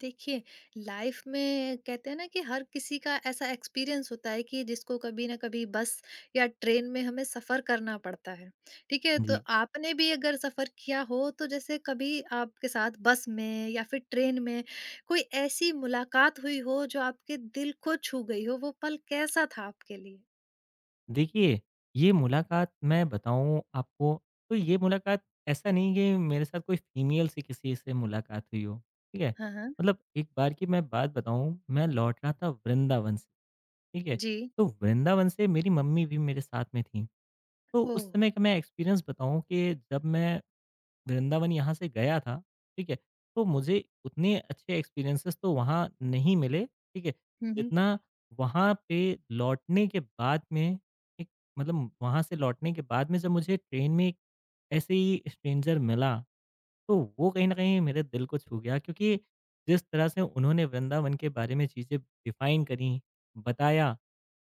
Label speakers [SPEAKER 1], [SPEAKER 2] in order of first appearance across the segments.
[SPEAKER 1] देखिए, लाइफ़ में कहते हैं ना कि हर किसी का ऐसा एक्सपीरियंस होता है कि जिसको कभी न कभी बस या ट्रेन में हमें सफ़र करना पड़ता है, ठीक है? तो
[SPEAKER 2] जी।
[SPEAKER 1] आपने भी अगर सफ़र किया हो तो जैसे कभी आपके साथ बस में या फिर ट्रेन में कोई ऐसी मुलाकात हुई हो जो आपके दिल को छू गई हो, वो पल कैसा था आपके लिए?
[SPEAKER 2] देखिए, ये मुलाकात मैं बताऊँ आपको, तो ये मुलाकात ऐसा नहीं कि मेरे साथ कोई फीमेल से किसी से मुलाकात हुई हो, ठीक है?
[SPEAKER 1] हाँ, हाँ।
[SPEAKER 2] एक बार की मैं बात बताऊँ, मैं लौट रहा था वृंदावन से, ठीक है?
[SPEAKER 1] जी।
[SPEAKER 2] तो वृंदावन से मेरी मम्मी भी मेरे साथ में थीं। तो उस
[SPEAKER 1] ओह!
[SPEAKER 2] समय का मैं एक्सपीरियंस बताऊँ कि जब मैं वृंदावन यहाँ से गया था, ठीक है? तो मुझे उतने अच्छे एक्सपीरियंसेस तो वहाँ नहीं मिले, ठीक है?
[SPEAKER 1] हुँ, हुँ।
[SPEAKER 2] जितना वहाँ पे लौटने के बाद में एक मतलब वहाँ से लौटने के बाद में जब मुझे ट्रेन में एक ऐसे ही स्ट्रेंजर मिला तो वो कहीं न कहीं मेरे दिल को छू गया क्योंकि जिस तरह से उन्होंने वृंदावन के बारे में चीज़ें डिफ़ाइन करी, बताया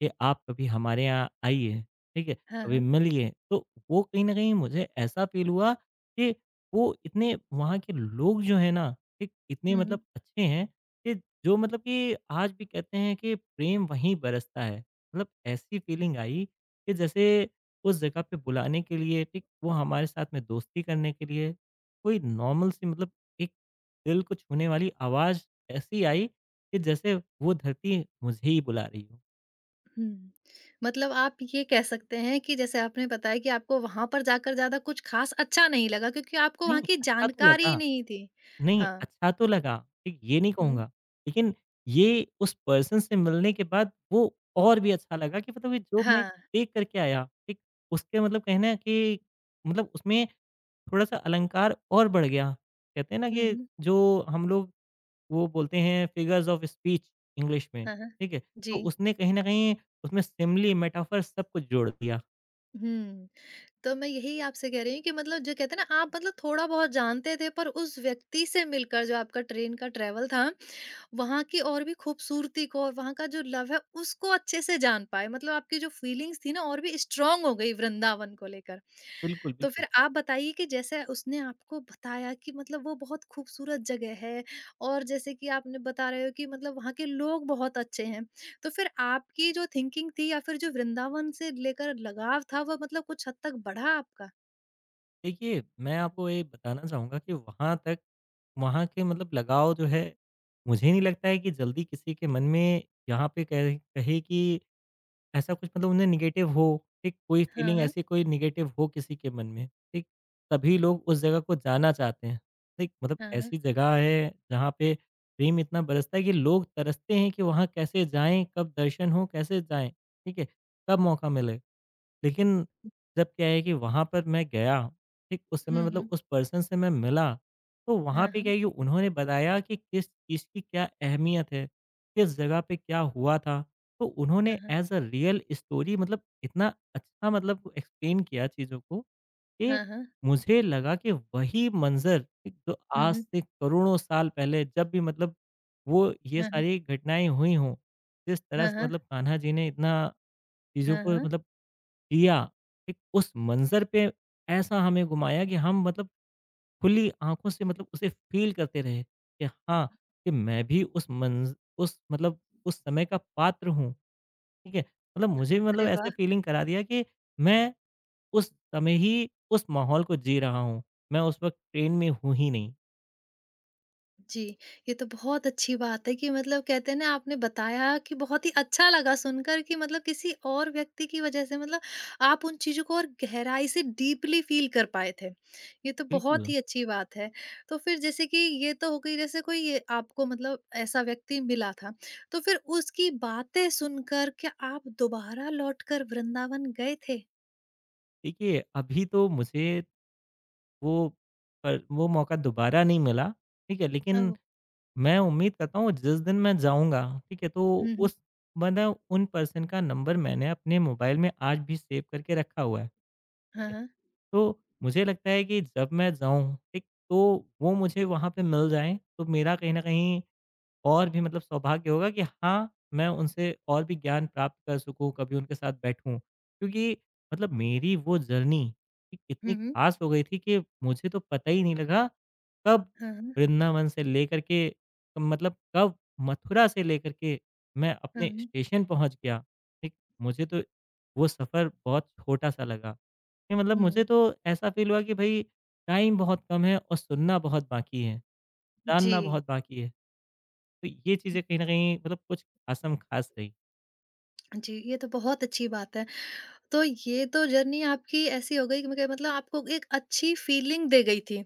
[SPEAKER 2] कि आप कभी हमारे यहाँ आइए, ठीक है?
[SPEAKER 1] हाँ,
[SPEAKER 2] कभी
[SPEAKER 1] हाँ।
[SPEAKER 2] मिलिए, तो वो कहीं न कहीं मुझे ऐसा फ़ील हुआ कि वो इतने वहाँ के लोग जो हैं ना, एक इतने
[SPEAKER 1] हुँ, हुँ।
[SPEAKER 2] अच्छे हैं कि जो मतलब कि आज भी कहते हैं कि प्रेम वहीं बरसता है। मतलब ऐसी फ़ीलिंग आई कि जैसे उस जगह पे बुलाने के लिए, ठीक, वो हमारे साथ में दोस्ती करने के लिए कोई नॉर्मल सी मतलब एक दिल को छूने वाली आवाज़ ऐसी आई कि जैसे वो धरती मुझे ही बुला रही हो।
[SPEAKER 1] हुँ। मतलब आप ये कह सकते हैं कि जैसे आपने बताया कि आपको वहाँ पर जाकर ज़्यादा कुछ ख़ास अच्छा नहीं लगा क्योंकि आपको
[SPEAKER 2] नहीं,
[SPEAKER 1] वहाँ की
[SPEAKER 2] अच्छा तो
[SPEAKER 1] जानकारी ही
[SPEAKER 2] लगा,
[SPEAKER 1] नहीं थी।
[SPEAKER 2] नहीं
[SPEAKER 1] हाँ।
[SPEAKER 2] अच्छा तो लगा, ठीक ये नहीं
[SPEAKER 1] हुँ।
[SPEAKER 2] कहूँगा। लेकिन ये उस पर्सन से मिलने के बाद वो और भी अच्छा लगा कि मतलब ये जो मैं
[SPEAKER 1] हाँ।
[SPEAKER 2] देख कर के आया, ठीक उसके मतलब कहें ना कि मतलब उसमें थोड़ा-सा अलंकार और बढ़ गया। कहते हैं ना
[SPEAKER 1] हुँ,
[SPEAKER 2] कि
[SPEAKER 1] हुँ।
[SPEAKER 2] जो हम लोग वो बोलते हैं फिगर्स ऑफ स्पीच इंग्लिश में,
[SPEAKER 1] हाँ, हाँ।
[SPEAKER 2] ठीक है? तो
[SPEAKER 1] जी।
[SPEAKER 2] उसने कहीं न कहीं उसमें सिमिली, मेटाफर सब कुछ जोड़ दिया।
[SPEAKER 1] हुँ। तो मैं यही आपसे कह रही हूँ कि मतलब जो कहते हैं ना आप मतलब थोड़ा-बहुत जानते थे पर उस व्यक्ति से मिलकर जो आपका ट्रेन का ट्रैवल था वहाँ की और भी खूबसूरती को और वहाँ का जो लव है उसको अच्छे से जान पाए मतलब आपकी जो फीलिंग्स थी ना और भी स्ट्रांग हो गई वृंदावन को लेकर।
[SPEAKER 2] बिल्कुल,
[SPEAKER 1] तो
[SPEAKER 2] बिल्कुल।
[SPEAKER 1] फिर आप बताइए कि जैसे उसने आपको बताया कि मतलब वो बहुत खूबसूरत जगह है और जैसे कि आपने बता रहे हो कि मतलब वहाँ के लोग बहुत अच्छे हैं। तो फिर आपकी जो थिंकिंग थी या फिर जो वृंदावन से लेकर लगाव था वो मतलब कुछ हद तक बढ़ा आपका?
[SPEAKER 2] देखिए, मैं आपको ये बताना चाहूँगा कि वहाँ तक वहाँ के मतलब लगाव जो है, मुझे नहीं लगता है कि जल्दी किसी के मन में यहाँ पे कह कहे कि ऐसा कुछ मतलब उन्हें नेगेटिव हो, ठीक? कोई
[SPEAKER 1] हाँ,
[SPEAKER 2] फीलिंग
[SPEAKER 1] हाँ।
[SPEAKER 2] ऐसी कोई नेगेटिव हो किसी के मन में, ठीक? तभी लोग उस जगह को जाना चाहते हैं, ठीक? मतलब
[SPEAKER 1] हाँ, हाँ।
[SPEAKER 2] ऐसी जगह है जहाँ पे प्रेम इतना बरसता है कि लोग तरसते हैं कि वहाँ कैसे जाएँ, कब दर्शन हो, कैसे जाएँ, ठीक है? कब मौका मिले। लेकिन जब क्या है कि वहाँ पर मैं गया, ठीक उस समय
[SPEAKER 1] हुँ, हुँ।
[SPEAKER 2] उस पर्सन से मैं मिला, तो वहाँ
[SPEAKER 1] हाँ,
[SPEAKER 2] पे क्या
[SPEAKER 1] हाँ।
[SPEAKER 2] है कि उन्होंने बताया कि किस चीज़ की क्या अहमियत है, किस जगह पे क्या हुआ था। तो
[SPEAKER 1] हाँ,
[SPEAKER 2] उन्होंने
[SPEAKER 1] हाँ।
[SPEAKER 2] एज़ अ रियल स्टोरी इतना अच्छा एक्सप्लेन किया चीज़ों को कि
[SPEAKER 1] हाँ, हाँ।
[SPEAKER 2] मुझे लगा कि वही मंज़र एक जो
[SPEAKER 1] हुँ,
[SPEAKER 2] आज
[SPEAKER 1] हुँ।
[SPEAKER 2] से करोड़ों साल पहले जब भी वो ये
[SPEAKER 1] हाँ, हाँ।
[SPEAKER 2] सारी घटनाएँ हुई हों, जिस तरह
[SPEAKER 1] हाँ,
[SPEAKER 2] से
[SPEAKER 1] हाँ।
[SPEAKER 2] कान्हा जी ने इतना चीज़ों
[SPEAKER 1] हाँ,
[SPEAKER 2] को
[SPEAKER 1] हाँ।
[SPEAKER 2] किया, एक उस मंज़र पे ऐसा हमें घुमाया कि हम मतलब खुली आँखों से उसे फ़ील करते रहे कि हाँ, कि मैं भी उस मंज़ उस मतलब उस समय का पात्र हूँ, ठीक है? मतलब मुझे भी
[SPEAKER 1] अरे वाह!
[SPEAKER 2] ऐसे फ़ीलिंग करा दिया कि मैं उस समय ही उस माहौल को जी रहा हूँ, मैं उस वक़्त ट्रेन में हूँ ही नहीं।
[SPEAKER 1] जी, ये तो बहुत अच्छी बात है कि मतलब कहते हैं ना आपने बताया कि बहुत ही अच्छा लगा सुनकर कि मतलब किसी और व्यक्ति की वजह से मतलब आप उन चीज़ों को और गहराई से डीपली फ़ील कर पाए थे। ये तो बहुत
[SPEAKER 2] बिल्कुल,
[SPEAKER 1] ही अच्छी बात है। तो फिर जैसे कि ये तो हो गई जैसे कोई ये आपको मतलब ऐसा व्यक्ति मिला था, तो फिर उसकी बातें सुनकर क्या आप दोबारा लौटकर वृंदावन गए थे?
[SPEAKER 2] देखिए अभी तो मुझे वो वो मौका दोबारा नहीं मिला, ठीक है? लेकिन
[SPEAKER 1] अ,
[SPEAKER 2] मैं उम्मीद करता हूँ जिस दिन मैं जाऊँगा, ठीक है? तो
[SPEAKER 1] हुँ, हुँ।
[SPEAKER 2] उस मतलब उन पर्सन का नंबर मैंने अपने मोबाइल में आज भी सेव करके रखा हुआ है,
[SPEAKER 1] हाँ,
[SPEAKER 2] ठीक है?
[SPEAKER 1] हाँ।
[SPEAKER 2] तो मुझे लगता है कि जब मैं जाऊँ, ठीक? तो वो मुझे वहाँ पे मिल जाएँ, तो मेरा कहीं न कहीं और भी सौभाग्य होगा कि हाँ, मैं उनसे और भी ज्ञान प्राप्त कर सकूँ, कभी उनके साथ बैठूँ। क्योंकि मेरी वो जर्नी
[SPEAKER 1] हुँ,
[SPEAKER 2] इतनी
[SPEAKER 1] हुँ।
[SPEAKER 2] ख़ास हो गई थी कि मुझे तो पता ही नहीं लगा कब
[SPEAKER 1] हाँ, हाँ।
[SPEAKER 2] वृंदावन से लेकर के कब मथुरा से लेकर के मैं
[SPEAKER 1] हुँ,
[SPEAKER 2] अपने
[SPEAKER 1] हुँ।
[SPEAKER 2] स्टेशन पहुँच गया। ठीक, मुझे तो वो सफ़र बहुत छोटा-सा लगा। नहीं मतलब मुझे
[SPEAKER 1] हुँ।
[SPEAKER 2] तो ऐसा फ़ील हुआ कि भई टाइम बहुत कम है और सुनना बहुत बाकी है,
[SPEAKER 1] जी।
[SPEAKER 2] जानना बहुत बाकी है। तो ये चीज़ें कहीं न कहीं कुछ आसम खास रही।
[SPEAKER 1] जी, ये तो बहुत अच्छी बात है। तो ये तो जर्नी आपकी ऐसी हो गई कि मग मतलब आपको एक अच्छी फीलिंग दे गई थी।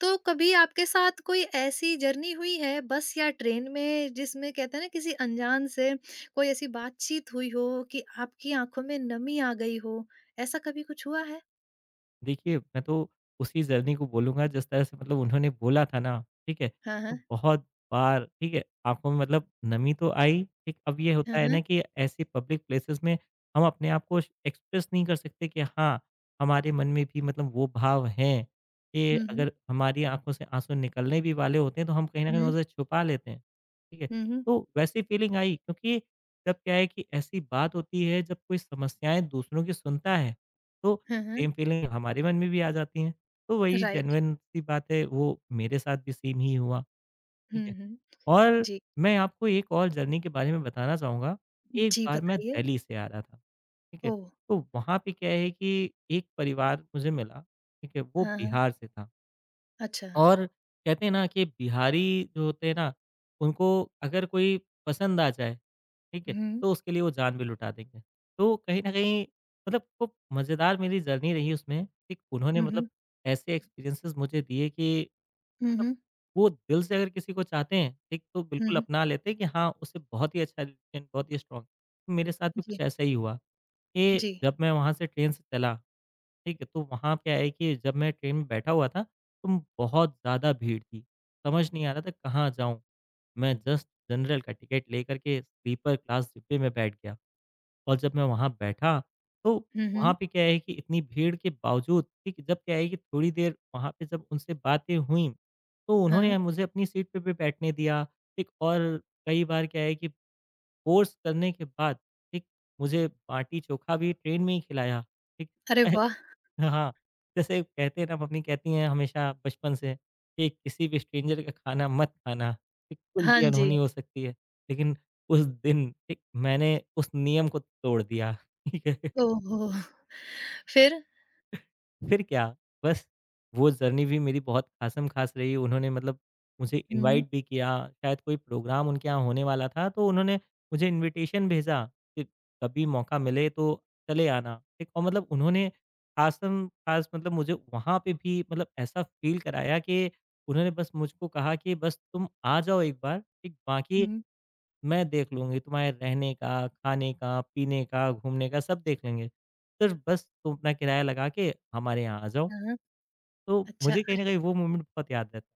[SPEAKER 1] तो कभी आपके साथ कोई ऐसी जर्नी हुई है बस या ट्रेन में जिसमें कहते हैं ना किसी अनजान से कोई ऐसी बातचीत हुई हो कि आपकी आँखों में नमी आ गई हो? ऐसा कभी कुछ हुआ है?
[SPEAKER 2] देखिए, मैं तो उसी जर्नी को बोलूँगा जिस तरह से उन्होंने बोला था ना, ठीक है?
[SPEAKER 1] हाँ,
[SPEAKER 2] तो
[SPEAKER 1] हाँ।
[SPEAKER 2] बहुत बार ठीक है, आँखों में नमी तो आई, ठीक? अब ये
[SPEAKER 1] हाँ,
[SPEAKER 2] होता है ना
[SPEAKER 1] हाँ।
[SPEAKER 2] कि ऐसी पब्लिक प्लेसेस में हम अपने आप को श एक्सप्रेस नहीं कर सकते कि हाँ, हमारे मन में भी वो भाव हैं कि
[SPEAKER 1] हुँ, हुँ।
[SPEAKER 2] अगर हमारी आँखों से आँसू निकलने भी वाले होते हैं, तो हम कहीं न कहीं
[SPEAKER 1] हुँ,
[SPEAKER 2] उसे छुपा लेते हैं, ठीक है?
[SPEAKER 1] हुँ, हुँ।
[SPEAKER 2] तो वैसी फीलिंग आई क्योंकि जब क्या है कि ऐसी बात होती है, जब कोई समस्याएँ दूसरों की सुनता है, तो
[SPEAKER 1] हाँ, हाँ।
[SPEAKER 2] सेम फीलिंग हमारे मन में भी आ जाती है। तो वही
[SPEAKER 1] राइट।
[SPEAKER 2] जेन्युइन सी बात है, वो मेरे साथ भी सेम ही हुआ, ठीक
[SPEAKER 1] हुँ,
[SPEAKER 2] है?
[SPEAKER 1] हुँ।
[SPEAKER 2] और
[SPEAKER 1] जी।
[SPEAKER 2] मैं आपको एक और जर्नी के बारे में बताना चाहूँगा। एक
[SPEAKER 1] जी,
[SPEAKER 2] बार मैं
[SPEAKER 1] बताइए।
[SPEAKER 2] दिल्ली से आ रहा था, ठीक है?
[SPEAKER 1] ओह!
[SPEAKER 2] तो वहाँ पे क्या है कि एक परिवार मुझे मिला, ठीक है? वो
[SPEAKER 1] हाँ, हाँ।
[SPEAKER 2] बिहार से था
[SPEAKER 1] अच्छा।
[SPEAKER 2] और कहते हैं ना कि बिहारी जो होते हैं ना, उनको अगर कोई पसंद आ जाए, ठीक है?
[SPEAKER 1] हुँ।
[SPEAKER 2] तो उसके लिए वो जान भी लुटा देंगे। तो कहीं न कहीं खूब मज़ेदार मेरी जर्नी रही उसमें, ठीक? उन्होंने
[SPEAKER 1] हुँ, हुँ।
[SPEAKER 2] ऐसे एक्सपीरियंसेस मुझे दिए कि
[SPEAKER 1] हुँ,
[SPEAKER 2] मतलब
[SPEAKER 1] हुँ।
[SPEAKER 2] वो दिल से अगर किसी को चाहते हैं, ठीक? तो
[SPEAKER 1] हुँ,
[SPEAKER 2] बिल्कुल
[SPEAKER 1] हुँ।
[SPEAKER 2] अपना लेते हैं कि हाँ, उससे बहुत ही अच्छा रिलेशन, बहुत ही स्ट्रॉन्ग। मेरे साथ भी कुछ
[SPEAKER 1] जी,
[SPEAKER 2] ऐसा ही हुआ कि
[SPEAKER 1] जी।
[SPEAKER 2] जब मैं वहाँ से ट्रेन से चला, ठीक है? तो वहाँ क्या है कि जब मैं ट्रेन में बैठा हुआ था, तो बहुत ज़्यादा भीड़ थी। समझ नहीं आ रहा था कहाँ जाऊँ? मैं जस्ट जनरल का टिकट लेकर के स्लीपर क्लास डिब्बे में बैठ गया और जब मैं वहाँ बैठा, तो
[SPEAKER 1] हुँ,
[SPEAKER 2] वहाँ
[SPEAKER 1] हुँ।
[SPEAKER 2] पे क्या है कि इतनी भीड़ के बावजूद ठीक जब क्या है कि थोड़ी देर वहाँ पे जब उनसे बातें हुई, तो उन्होंने
[SPEAKER 1] हाँ।
[SPEAKER 2] मुझे अपनी सीट पे भी बैठने दिया, ठीक और कई बार क्या है कि फ़ोर्स करने के बाद, ठीक, मुझे बाटी-चोखा भी ट्रेन में ही खिलाया, ठीक।
[SPEAKER 1] अरे वाह!
[SPEAKER 2] हाँ, जैसे कहते हैं ना मम्मी कहती हैं हमेशा बचपन से कि किसी भी स्ट्रेंजर का खाना मत खाना, ठीक, कुछ
[SPEAKER 1] हाँ
[SPEAKER 2] भी
[SPEAKER 1] जी।
[SPEAKER 2] अनहोनी हो सकती है। लेकिन उस दिन, ठीक, मैंने उस नियम को तोड़ दिया, ठीक है।
[SPEAKER 1] ओह हो! फिर?
[SPEAKER 2] फिर क्या, बस वो जर्नी भी मेरी बहुत ख़ासम-ख़ास रही। उन्होंने मुझे
[SPEAKER 1] हुँ,
[SPEAKER 2] इनवाइट भी किया, शायद कोई प्रोग्राम उनके यहाँ होने वाला था, तो उन्होंने मुझे इनविटेशन भेजा कि कभी मौका मिले तो चले आना, ठीक? और उन्होंने ख़ासम-ख़ास मुझे वहाँ पे भी ऐसा फ़ील कराया कि उन्होंने बस मुझको कहा कि बस तुम आ जाओ एक बार, ठीक? बाकी
[SPEAKER 1] हुँ।
[SPEAKER 2] मैं देख लूँगी तुम्हारे रहने का, खाने का, पीने का, घूमने का सब देख लेंगे। सिर्फ़ बस तुम अपना किराया लगा के हमारे यहाँ आ जाओ।"
[SPEAKER 1] हाँ, हाँ।
[SPEAKER 2] तो
[SPEAKER 1] अच्छा
[SPEAKER 2] मुझे कहीं न
[SPEAKER 1] अरे
[SPEAKER 2] कहीं वो मोमेंट बहुत याद रहता है।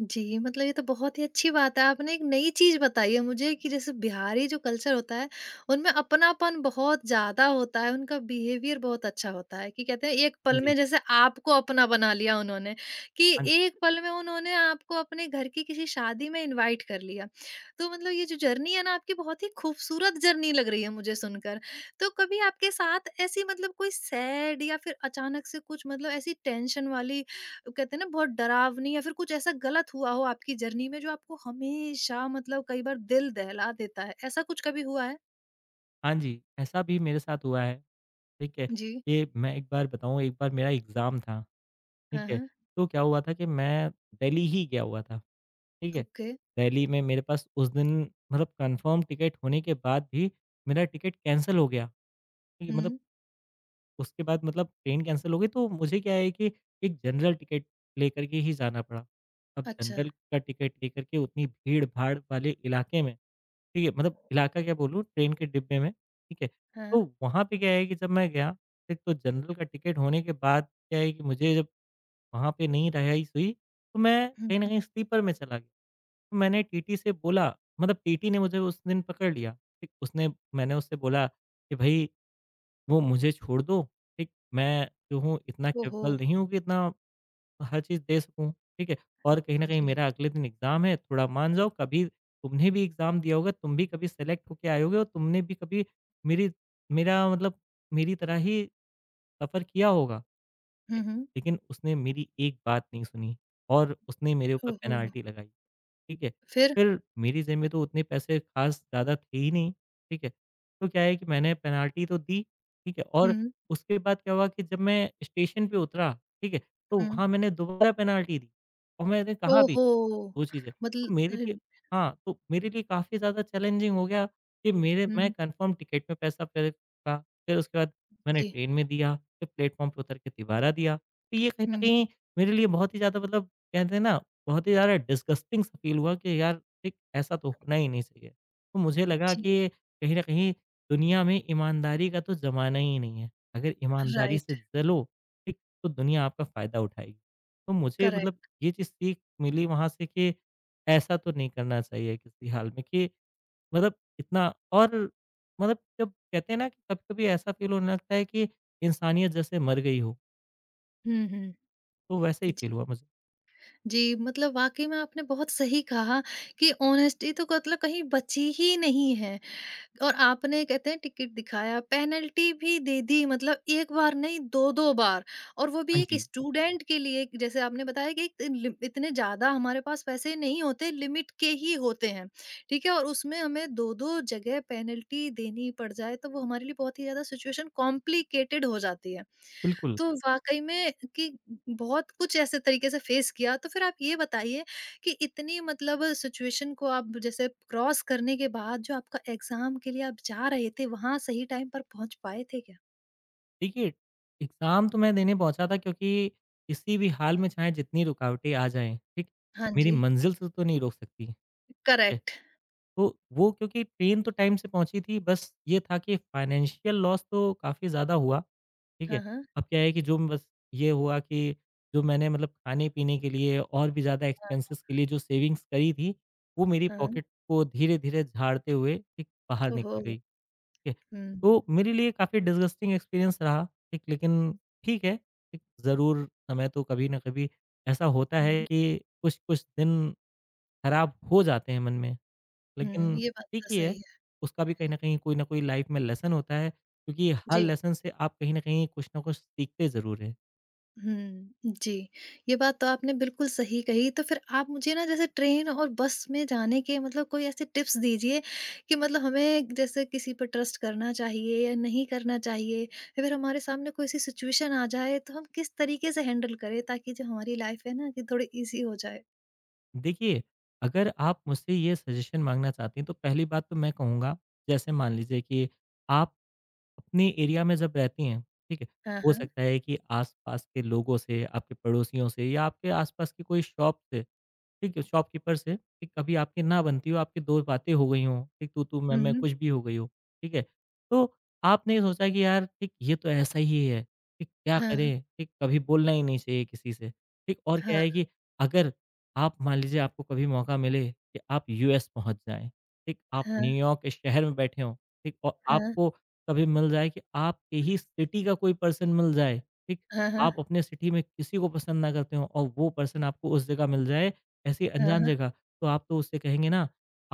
[SPEAKER 1] जी, मतलब ये तो बहुत ही अच्छी बात है। आपने एक नई चीज़ बताई है मुझे कि जैसे बिहारी जो कल्चर होता है, उनमें अपनापन बहुत ज़्यादा होता है, उनका बिहेवियर बहुत अच्छा होता है कि कहते हैं एक
[SPEAKER 2] हाँ
[SPEAKER 1] पल
[SPEAKER 2] जी,
[SPEAKER 1] में जैसे आपको अपना बना लिया उन्होंने, कि
[SPEAKER 2] हाँ जी,
[SPEAKER 1] एक पल में उन्होंने आपको अपने घर की किसी शादी में इनवाइट कर लिया। तो मतलब ये जो जर्नी है ना आपकी बहुत ही खूबसूरत जर्नी लग रही है मुझे सुनकर। तो कभी आपके साथ ऐसी मतलब कोई सैड या फिर अचानक से कुछ मतलब ऐसी टेंशन वाली कहते हैं ना बहुत डरावनी या फिर कुछ ऐसा गलत हुआ हो आपकी जर्नी में जो आपको हमेशा मतलब कई बार दिल दहला देता है, ऐसा कुछ कभी हुआ है?
[SPEAKER 2] हाँ जी, ऐसा भी मेरे साथ हुआ है, ठीक है?
[SPEAKER 1] जी।
[SPEAKER 2] ये मैं एक बार बताऊँ एक बार मेरा एग्ज़ाम था, ठीक
[SPEAKER 1] हाँ,
[SPEAKER 2] है?
[SPEAKER 1] हाँ।
[SPEAKER 2] तो क्या हुआ था कि मैं दिल्ली ही गया हुआ था, ठीक है?
[SPEAKER 1] ओके।
[SPEAKER 2] दिल्ली में मेरे पास उस दिन कन्फ़र्म टिकट होने के बाद भी मेरा टिकट कैंसल हो गया, ठीक है?
[SPEAKER 1] हुँ।
[SPEAKER 2] उसके बाद ट्रेन कैंसल हो गई तो मुझे क्या है कि एक जनरल टिकट लेकर के ही जाना पड़ा। अब
[SPEAKER 1] अच्छा।
[SPEAKER 2] जनरल का टिकट लेकर के उतनी भीड़-भाड़ वाले इलाके में, ठीक है? मतलब इलाका क्या बोलूँ ट्रेन के डिब्बे में, ठीक है? तो
[SPEAKER 1] हाँ।
[SPEAKER 2] वहाँ पे क्या है कि जब मैं गया, एक तो जनरल का टिकट होने के बाद क्या है कि मुझे जब वहाँ पे नहीं रहाइश हुई, तो मैं
[SPEAKER 1] हुँ,
[SPEAKER 2] कहीं न
[SPEAKER 1] हुँ।
[SPEAKER 2] कहीं स्लीपर में चला गया। तो मैंने टीटी से बोला मतलब टीटी ने मुझे उस दिन पकड़ लिया, ठीक? उसने मैंने उससे बोला कि भई वो मुझे छोड़ दो, ठीक? मैं जो हूँ इतना
[SPEAKER 1] ओहो!
[SPEAKER 2] कैपेबल नहीं हूँ कि इतना हर चीज़ दे सकूँ, ठीक है? और कहीं न कहीं
[SPEAKER 1] जी।
[SPEAKER 2] मेरा अगले दिन एग्ज़ाम है, थोड़ा मान जाओ कभी तुमने भी एग्ज़ाम दिया होगा, तुम भी कभी सेलेक्ट होके आए होगे और तुमने भी कभी मेरी मेरा मतलब मेरी तरह ही सफ़र किया होगा।
[SPEAKER 1] हुँ, हुँ।
[SPEAKER 2] लेकिन उसने मेरी एक बात नहीं सुनी और उसने मेरे ऊपर
[SPEAKER 1] ओहो!
[SPEAKER 2] पेनल्टी लगाई। ठीक है?
[SPEAKER 1] फिर?
[SPEAKER 2] फिर मेरी जेब में तो उतने पैसे ख़ास ज़्यादा थे ही नहीं, ठीक है? तो क्या है कि मैंने पेनल्टी तो दी, ठीक है? और
[SPEAKER 1] हुँ,
[SPEAKER 2] उसके बाद क्या हुआ कि जब मैं स्टेशन पे उतरा, ठीक है? तो
[SPEAKER 1] हुँ।
[SPEAKER 2] वहाँ मैंने दोबारा पेनल्टी दी और मैंने कहा भी
[SPEAKER 1] ओहो!
[SPEAKER 2] वो चीज़ है।
[SPEAKER 1] मतल
[SPEAKER 2] तो मेरे
[SPEAKER 1] अ,
[SPEAKER 2] लिए हाँ, तो मेरे लिए काफ़ी ज़्यादा चैलेंजिंग हो गया कि मेरे मैं
[SPEAKER 1] हुँ,
[SPEAKER 2] कन्फर्म टिकट में पैसा पहले का, फिर उसके बाद मैंने
[SPEAKER 1] जी।
[SPEAKER 2] ट्रेन में दिया, फिर प्लेटफ़ॉर्म पे उतर के दोबारा दिया। तो ये कहीं न
[SPEAKER 1] हुँ,
[SPEAKER 2] कहीं मेरे लिए बहुत ही ज़्यादा मतलब कहते हैं ना, बहुत ही ज़्यादा डिस्गस्टिंग सा फ़ील हुआ कि यार एक ऐसा तो होना ही नहीं चाहिए। तो मुझे लगा
[SPEAKER 1] जी,
[SPEAKER 2] कि कहीं न कहीं दुनिया में ईमानदारी का तो ज़माना ही नहीं है। अगर ईमानदारी
[SPEAKER 1] राइट,
[SPEAKER 2] से चलो, ठीक, तो दुनिया आपका फ़ायदा उठाएगी। तो मुझे मतलब
[SPEAKER 1] करेक्ट।
[SPEAKER 2] ये चीज़ सीख मिली वहाँ से कि ऐसा तो नहीं करना चाहिए किसी हाल में कि मतलब इतना और मतलब जब कहते हैं ना कि कभी-कभी ऐसा फ़ील होने लगता है कि इंसानियत जैसे मर गई हो,
[SPEAKER 1] हुँ, हुँ।
[SPEAKER 2] तो वैसे ही
[SPEAKER 1] जी।
[SPEAKER 2] फ़ील हुआ मुझे।
[SPEAKER 1] जी, मतलब वाक़ई में आपने बहुत सही कहा कि ऑनेस्टी तो मतलब कहीं बची ही नहीं है। और आपने कहते हैं टिकट दिखाया, पेनल्टी भी दे दी मतलब 1 बार नहीं 2-2 बार और वो
[SPEAKER 2] हाँ
[SPEAKER 1] भी एक
[SPEAKER 2] जी,
[SPEAKER 1] स्टूडेंट के लिए जैसे आपने बताया कि इत लि इतने ज़्यादा हमारे पास पैसे नहीं होते, लिमिट के ही होते हैं, ठीक है? और उसमें हमें 2-2 जगह पेनल्टी देनी पड़ जाए तो वो हमारे लिए बहुत ही ज़्यादा सिचुएशन कॉम्प्लिकेटेड हो जाती है।
[SPEAKER 2] बिल्कुल।
[SPEAKER 1] तो वाक़ई में कि बहुत कुछ ऐसे तरीके से फेस किया, तो फिर आप ये बताइए कि इतनी मतलब सिचुएशन को आप जैसे क्रॉस करने के बाद जो आपका एग्ज़ाम के लिए आप जा रहे थे, वहाँ सही टाइम पर पहुँच पाए थे क्या?
[SPEAKER 2] देखिए, एग्ज़ाम तो मैं देने पहुँचा था क्योंकि किसी भी हाल में चाहे जितनी रुकावटें आ जाएँ, ठीक?
[SPEAKER 1] हाँ
[SPEAKER 2] मेरी
[SPEAKER 1] जी।
[SPEAKER 2] मंज़िल से तो नहीं रोक सकती, ठीक है?
[SPEAKER 1] करेक्ट।
[SPEAKER 2] तो वो क्योंकि ट्रेन तो टाइम से पहुँची थी, बस ये था कि फ़ाइनेंशियल लॉस तो काफ़ी ज़्यादा हुआ ठीक
[SPEAKER 1] हाँ,
[SPEAKER 2] है?
[SPEAKER 1] हाँ।
[SPEAKER 2] अब क्या है कि जो मैं बस ये हुआ कि जो मैंने मतलब खाने-पीने के लिए और भी ज़्यादा एक्सपेंसेस के लिए जो सेविंग्स करी थी, वो मेरी
[SPEAKER 1] हाँ, हाँ।
[SPEAKER 2] पॉकेट को धीरे-धीरे झाड़ते हुए एक बाहर
[SPEAKER 1] ओहो!
[SPEAKER 2] निकल गई, ठीक है?
[SPEAKER 1] हुँ।
[SPEAKER 2] तो मेरे लिए काफ़ी डिसगस्टिंग एक्सपीरियंस रहा, ठीक लेकिन ठीक है, एक ज़रूर समय तो कभी न कभी ऐसा होता है
[SPEAKER 1] हुँ,
[SPEAKER 2] कि कुछ-कुछ दिन खराब हो जाते हैं मन में।
[SPEAKER 1] हुँ।
[SPEAKER 2] लेकिन
[SPEAKER 1] ये बात
[SPEAKER 2] ठीक
[SPEAKER 1] तो
[SPEAKER 2] ही है,
[SPEAKER 1] सही है।
[SPEAKER 2] उसका भी कहीं न कहीं कोई न कोई लाइफ़ में लेसन होता है, क्योंकि हर
[SPEAKER 1] जी।
[SPEAKER 2] लेसन से आप कहीं न कहीं कुछ न कुछ सीखते ज़रूर हैं।
[SPEAKER 1] हुँ, जी। ये बात तो आपने बिल्कुल सही कही, तो फिर आप मुझे ना जैसे ट्रेन और बस में जाने के मतलब कोई ऐसे टिप्स दीजिए कि मतलब हमें जैसे किसी पर ट्रस्ट करना चाहिए या नहीं करना चाहिए या फिर हमारे सामने कोई ऐसी सिचुएशन आ जाए तो हम किस तरीके से हैंडल करें ताकि जो हमारी लाइफ़ है ना कि थोड़ी ईज़ी हो जाए?
[SPEAKER 2] देखिए, अगर आप मुझसे ये सजेशन माँगना चाहती हैं, तो पहली बात तो मैं कहूँगा, जैसे मान लीजिए कि आप अपने एरिया में जब रहती हैं, ठीक है?
[SPEAKER 1] हाँ,
[SPEAKER 2] हो
[SPEAKER 1] हाँ।
[SPEAKER 2] सकता है कि आस-पास के लोगों से, आपके पड़ोसियों से या आपके आस-पास की कोई शॉप से ठीक है, शॉपकीपर से कि कभी आपकी ना बनती हो, आपकी 2 बातें हो गई हों, एक तू-तू,
[SPEAKER 1] हुँ,
[SPEAKER 2] मैं-मैं
[SPEAKER 1] हुँ।
[SPEAKER 2] कुछ भी हो गई हो, ठीक है। तो आपने सोचा कि यार ठीक ये तो ऐसा ही है, ठीक क्या
[SPEAKER 1] हाँ, हाँ,
[SPEAKER 2] करें, ठीक कभी बोलना ही नहीं चाहिए किसी से, ठीक। और क्या है कि अगर आप मान लीजिए आपको कभी मौका मिले कि आप यूएस पहुँच जाएँ, ठीक, आप
[SPEAKER 1] हाँ,
[SPEAKER 2] न्यूयॉर्क के शहर में बैठे हों, ठीक और
[SPEAKER 1] हाँ,
[SPEAKER 2] आपको कभी मिल जाए कि आपके ही सिटी का कोई पर्सन मिल जाए, ठीक।
[SPEAKER 1] हाँ, हाँ,
[SPEAKER 2] आप अपने सिटी में किसी को पसंद ना करते हों और वो पर्सन आपको उस जगह मिल जाए ऐसी
[SPEAKER 1] हाँ,
[SPEAKER 2] अनजान
[SPEAKER 1] हाँ,
[SPEAKER 2] जगह, तो आप तो उससे कहेंगे ना,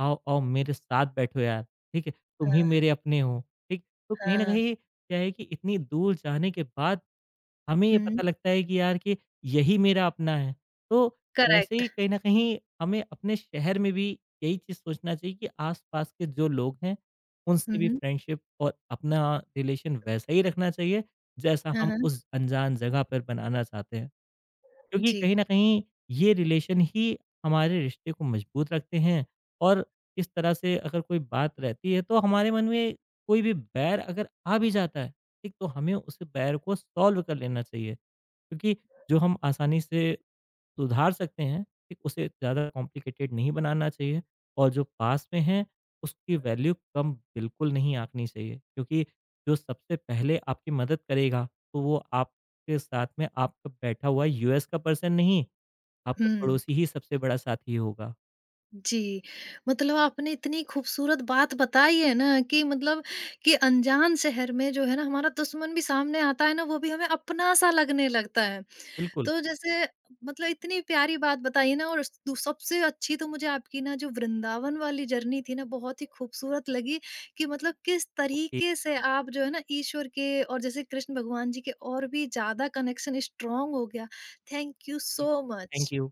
[SPEAKER 2] "आओ, आओ मेरे साथ बैठो यार, ठीक है? तुम ही
[SPEAKER 1] हाँ,
[SPEAKER 2] मेरे अपने हो।" ठीक? तो कहीं न
[SPEAKER 1] हाँ।
[SPEAKER 2] कहीं क्या है कि इतनी दूर जाने के बाद हमें ये
[SPEAKER 1] हुँ,
[SPEAKER 2] पता लगता है कि यार कि यही मेरा अपना है। तो ऐसे
[SPEAKER 1] करेक्ट।
[SPEAKER 2] ही कहीं न कहीं हमें अपने शहर में भी यही चीज़ सोचना चाहिए कि आस-पास के जो लोग हैं, उनसे
[SPEAKER 1] हुँ,
[SPEAKER 2] भी
[SPEAKER 1] हुँ।
[SPEAKER 2] फ्रेंडशिप और अपना रिलेशन वैसा ही रखना चाहिए, जैसा
[SPEAKER 1] हाँ,
[SPEAKER 2] हम
[SPEAKER 1] हाँ।
[SPEAKER 2] उस अनजान जगह पर बनाना चाहते हैं। क्योंकि
[SPEAKER 1] जी।
[SPEAKER 2] कहीं न कहीं ये रिलेशन ही हमारे रिश्ते को मजबूत रखते हैं और इस तरह से अगर कोई बात रहती है तो हमारे मन में कोई भी बैर अगर आ भी जाता है, ठीक? तो हमें उस बैर को सॉल्व कर लेना चाहिए क्योंकि जो हम आसानी से सुधार सकते हैं, ठीक, उसे ज़्यादा कॉम्प्लिकेटेड नहीं बनाना चाहिए और जो पास में है, उसकी वैल्यू कम बिल्कुल नहीं आंकनी चाहिए क्योंकि जो सबसे पहले आपकी मदद करेगा, तो वो आपके साथ में आपका बैठा हुआ यूएस का पर्सन नहीं, आपका
[SPEAKER 1] हुँ।
[SPEAKER 2] पड़ोसी ही सबसे बड़ा साथी होगा।
[SPEAKER 1] जी, मतलब आपने इतनी खूबसूरत बात बताई है ना कि मतलब कि अनजान शहर में जो है ना हमारा दुश्मन भी सामने आता है ना, वो भी हमें अपना सा लगने लगता है।
[SPEAKER 2] बिल्कुल,
[SPEAKER 1] तो जैसे मतलब इतनी प्यारी बात बताई ना और दू सबसे अच्छी तो मुझे आपकी ना जो वृंदावन वाली जर्नी थी ना बहुत ही खूबसूरत लगी कि मतलब किस
[SPEAKER 2] ओके
[SPEAKER 1] तरीके से आप जो है ना ईश्वर के और जैसे कृष्ण भगवान जी के और भी ज़्यादा कनेक्शन स्ट्रॉन्ग हो गया। थैंक यू
[SPEAKER 2] जी,
[SPEAKER 1] सो
[SPEAKER 2] थैंक
[SPEAKER 1] मच।
[SPEAKER 2] यू।